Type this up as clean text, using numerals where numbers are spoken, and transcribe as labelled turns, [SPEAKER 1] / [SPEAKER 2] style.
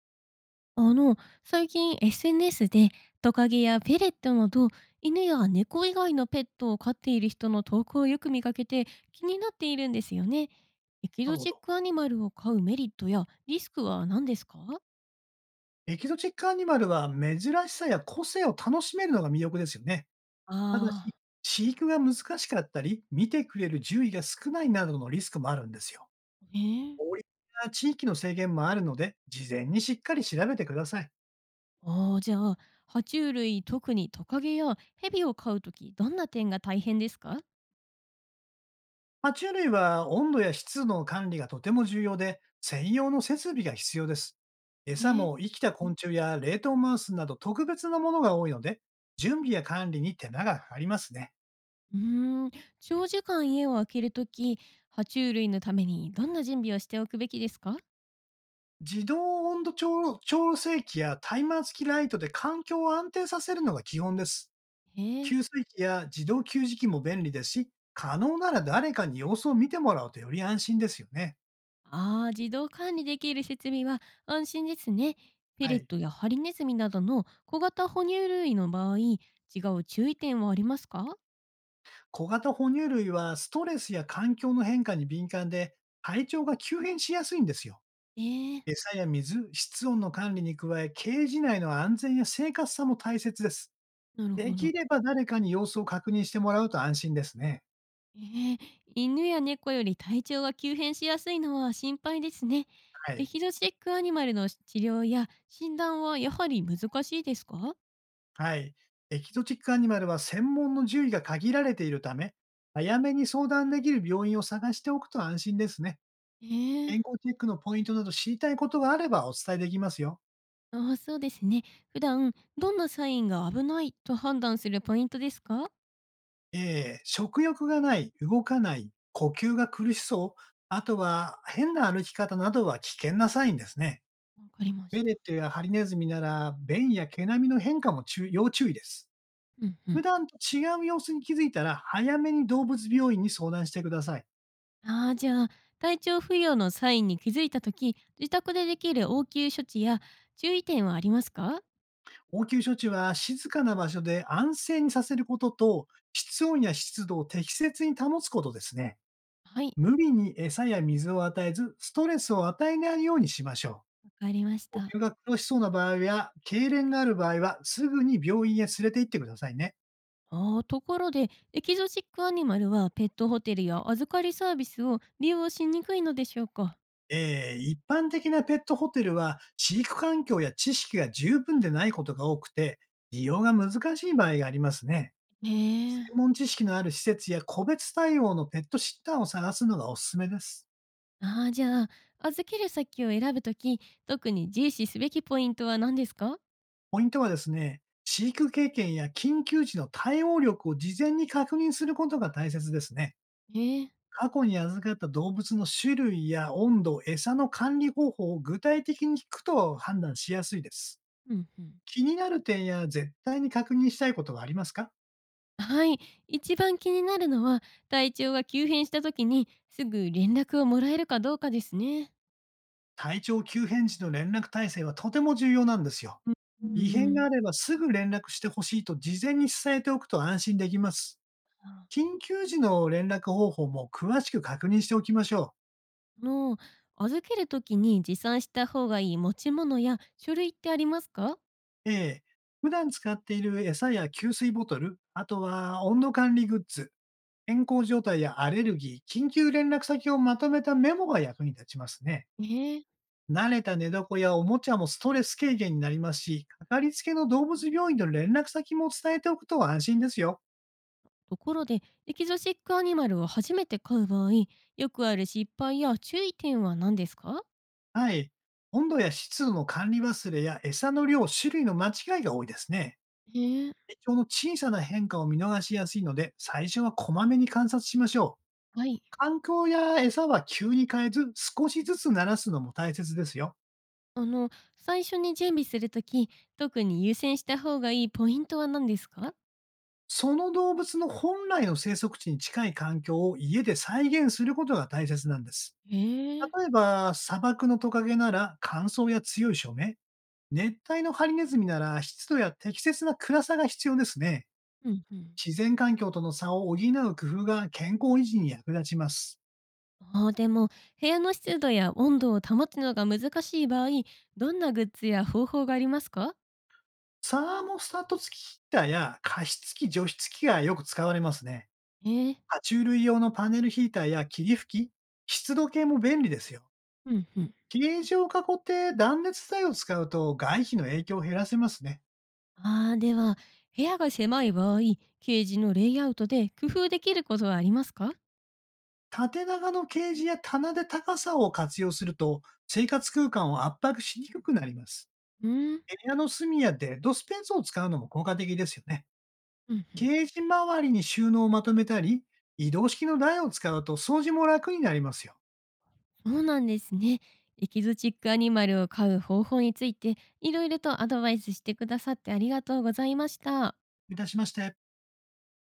[SPEAKER 1] あの、最近 SNS でトカゲやペレットなど犬や猫以外のペットを飼っている人の投稿をよく見かけて気になっているんですよね。エキ
[SPEAKER 2] な
[SPEAKER 1] ゾ
[SPEAKER 2] るほ
[SPEAKER 1] チッ
[SPEAKER 2] ど。
[SPEAKER 1] クアニマルを飼うメリットやリスクは何ですか。
[SPEAKER 2] エキゾチックアニマルは珍しさや個性を楽しめるのが魅力ですよね。ただし、
[SPEAKER 1] ああ
[SPEAKER 2] 飼育が難しかったり、見てくれる獣医が少ないなどのリスクもあるんですよ。
[SPEAKER 1] ー、ええ。
[SPEAKER 2] 法律や地域の制限もあるので、事前にしっかり調べてください。
[SPEAKER 1] ああ、じゃあ、爬虫類、特にトカゲやヘビを飼うとき、どんな点が大変ですか。
[SPEAKER 2] 爬虫類は温度や湿度の管理がとても重要で、専用の設備が必要です。
[SPEAKER 1] え
[SPEAKER 2] 餌
[SPEAKER 1] え。
[SPEAKER 2] も生きた昆虫や冷凍マウスなど特別なものが多いので、準備や管理に手間がかかりますね。
[SPEAKER 1] うーん、長時間家を空けるとき、爬虫類のためにどんな準備をしておくべきですか。
[SPEAKER 2] 自動温度調調整器やタイマー付きライトで環境を安定させるのが基本です。
[SPEAKER 1] ええ。
[SPEAKER 2] 給水器や自動給餌器も便利ですし、可能なら誰かに様子を見てもらうとより安心ですよね。
[SPEAKER 1] ああ、自動管理できる設備は安心ですね。ペ
[SPEAKER 2] は
[SPEAKER 1] レッ
[SPEAKER 2] い。
[SPEAKER 1] トやハリネズミなどの小型哺乳類の場合、違う注意点はありますか。
[SPEAKER 2] 小型哺乳類はストレスや環境の変化に敏感で、体調が急変しやすいんですよ。
[SPEAKER 1] ええ。
[SPEAKER 2] 餌や水、室温の管理に加え、ケージ内の安全や生活さも大切です。
[SPEAKER 1] なる
[SPEAKER 2] で
[SPEAKER 1] ほ
[SPEAKER 2] き
[SPEAKER 1] ど。
[SPEAKER 2] れば誰かに様子を確認してもらうと安心ですね。
[SPEAKER 1] ええ。犬や猫より体調が急変しやすいのは心配ですね。
[SPEAKER 2] は
[SPEAKER 1] エ
[SPEAKER 2] い。
[SPEAKER 1] キゾチックアニマルの治療や診断はやはり難しいですか。
[SPEAKER 2] はい。エキゾチックアニマルは専門の獣医が限られているため、早めに相談できる病院を探しておくと安心ですね。
[SPEAKER 1] え
[SPEAKER 2] 健
[SPEAKER 1] え。
[SPEAKER 2] 康チェックのポイントなど知りたいことがあればお伝えできますよ。
[SPEAKER 1] ああ、そうですね。普段どんなサインが危ないと判断するポイントですか。わ
[SPEAKER 2] ええ、食欲がない、動かない、呼吸が苦しそう、あとは変な歩き方などは危険なサインですね。
[SPEAKER 1] かりまし
[SPEAKER 2] ベレ
[SPEAKER 1] た。
[SPEAKER 2] ットやハリネズミなら、便や毛並みの変化も注要注意です。
[SPEAKER 1] うんう
[SPEAKER 2] 普
[SPEAKER 1] ん。
[SPEAKER 2] 段と違う様子に気づいたら、早めに動物病院に相談してください。
[SPEAKER 1] ああ、じゃあ、体調不良のサインに気づいたとき、自宅でできる応急処置や注意点はありますか。
[SPEAKER 2] 応急処置は静かな場所で安静にさせることと、室温や湿度を適切に保つことですね。
[SPEAKER 1] はい、
[SPEAKER 2] 無理に餌や水を与えず、ストレスを与えないようにしましょ
[SPEAKER 1] わかりまし
[SPEAKER 2] う。
[SPEAKER 1] た。
[SPEAKER 2] 呼吸が苦しそうな場合や、痙攣がある場合は、すぐに病院へ連れて行ってくださいね。
[SPEAKER 1] ああ、ところで、エキゾチックアニマルはペットホテルや預かりサービスを利用しにくいのでしょうか。
[SPEAKER 2] 一般的なペットホテルは、飼育環境や知識が十分でないことが多くて、利用が難しい場合がありますね。
[SPEAKER 1] へえ。
[SPEAKER 2] 専門知識のある施設や個別対応のペットシッターを探すのがおすすめです。
[SPEAKER 1] ああ、じゃあ、預ける先を選ぶとき、特に重視すべきポイントは何ですか。
[SPEAKER 2] ポイントはですね、飼育経験や緊急時の対応力を事前に確認することが大切ですね。
[SPEAKER 1] へえ。
[SPEAKER 2] 過去に預かった動物の種類や温度、餌の管理方法を具体的に聞くと判断しやすいです。
[SPEAKER 1] うんうん。
[SPEAKER 2] 気になる点や絶対に確認したいことはありますか？
[SPEAKER 1] はい、一番気になるのは、体調が急変したときにすぐ連絡をもらえるかどうかですね。
[SPEAKER 2] 体調急変時の連絡体制はとても重要なんですよ。
[SPEAKER 1] うんう
[SPEAKER 2] 異
[SPEAKER 1] んう
[SPEAKER 2] 変があれ
[SPEAKER 1] ん。
[SPEAKER 2] ばすぐ連絡してほしいと事前に伝えておくと安心できます。
[SPEAKER 1] あ
[SPEAKER 2] 緊急時の連絡方法も詳しく確認しておきましょう。
[SPEAKER 1] の、預けるときに持参した方がいい持ち物や書類ってありますか？
[SPEAKER 2] ええ。普段使っている餌や給水ボトル、あとは温度管理グッズ、健康状態やアレルギー、緊急連絡先をまとめたメモが役に立ちますね。
[SPEAKER 1] ええ。
[SPEAKER 2] 慣れた寝床やおもちゃもストレス軽減になりますし、かかりつけの動物病院の連絡先も伝えておくと安心ですよ。
[SPEAKER 1] ところで、エキゾチックアニマルを初めて飼う場合、よくある失敗や注意点は何ですか？
[SPEAKER 2] はい。温度や湿度の管理忘れや餌の量、種類の間違いが多いですね。
[SPEAKER 1] ええ。
[SPEAKER 2] 体調の小さな変化を見逃しやすいので、最初はこまめに観察しましょう。
[SPEAKER 1] はい。
[SPEAKER 2] 環境や餌は急に変えず、少しずつ慣らすのも大切ですよ。
[SPEAKER 1] あの、最初に準備するとき特に優先した方がいいポイントは何ですか？
[SPEAKER 2] その動物の本来の生息地に近い環境を家で再現することが大切なんです。
[SPEAKER 1] ええ。
[SPEAKER 2] 例えば、砂漠のトカゲなら乾燥や強い照明、熱帯のハリネズミなら湿度や適切な暗さが必要ですね。
[SPEAKER 1] うん、うん。
[SPEAKER 2] 自然環境との差を補う工夫が健康維持に役立ちます。
[SPEAKER 1] ああ、でも、部屋の湿度や温度を保つのが難しい場合、どんなグッズや方法がありますか？
[SPEAKER 2] サーモスタット付きヒーターや加湿器、除湿器がよく使われますね。
[SPEAKER 1] ええ。
[SPEAKER 2] 爬虫類用のパネルヒーターや霧吹き、湿度計も便利ですよ。
[SPEAKER 1] うんうん。
[SPEAKER 2] ケージを囲って断熱材を使うと外皮の影響を減らせますね。
[SPEAKER 1] ああ、では、部屋が狭い場合、ケージのレイアウトで工夫できることはありますか。
[SPEAKER 2] 縦長のケージや棚で高さを活用すると生活空間を圧迫しにくくなります。
[SPEAKER 1] うーん。
[SPEAKER 2] 部屋の隅やデッドスペースを使うのも効果的ですよね。
[SPEAKER 1] うんうん。
[SPEAKER 2] ケージ周りに収納をまとめたり、移動式の台を使うと掃除も楽になりますよ。
[SPEAKER 1] そうなんですね。エキゾチックアニマルを飼う方法について、いろいろとアドバイスしてくださってありがとうございました。
[SPEAKER 2] いたしまして。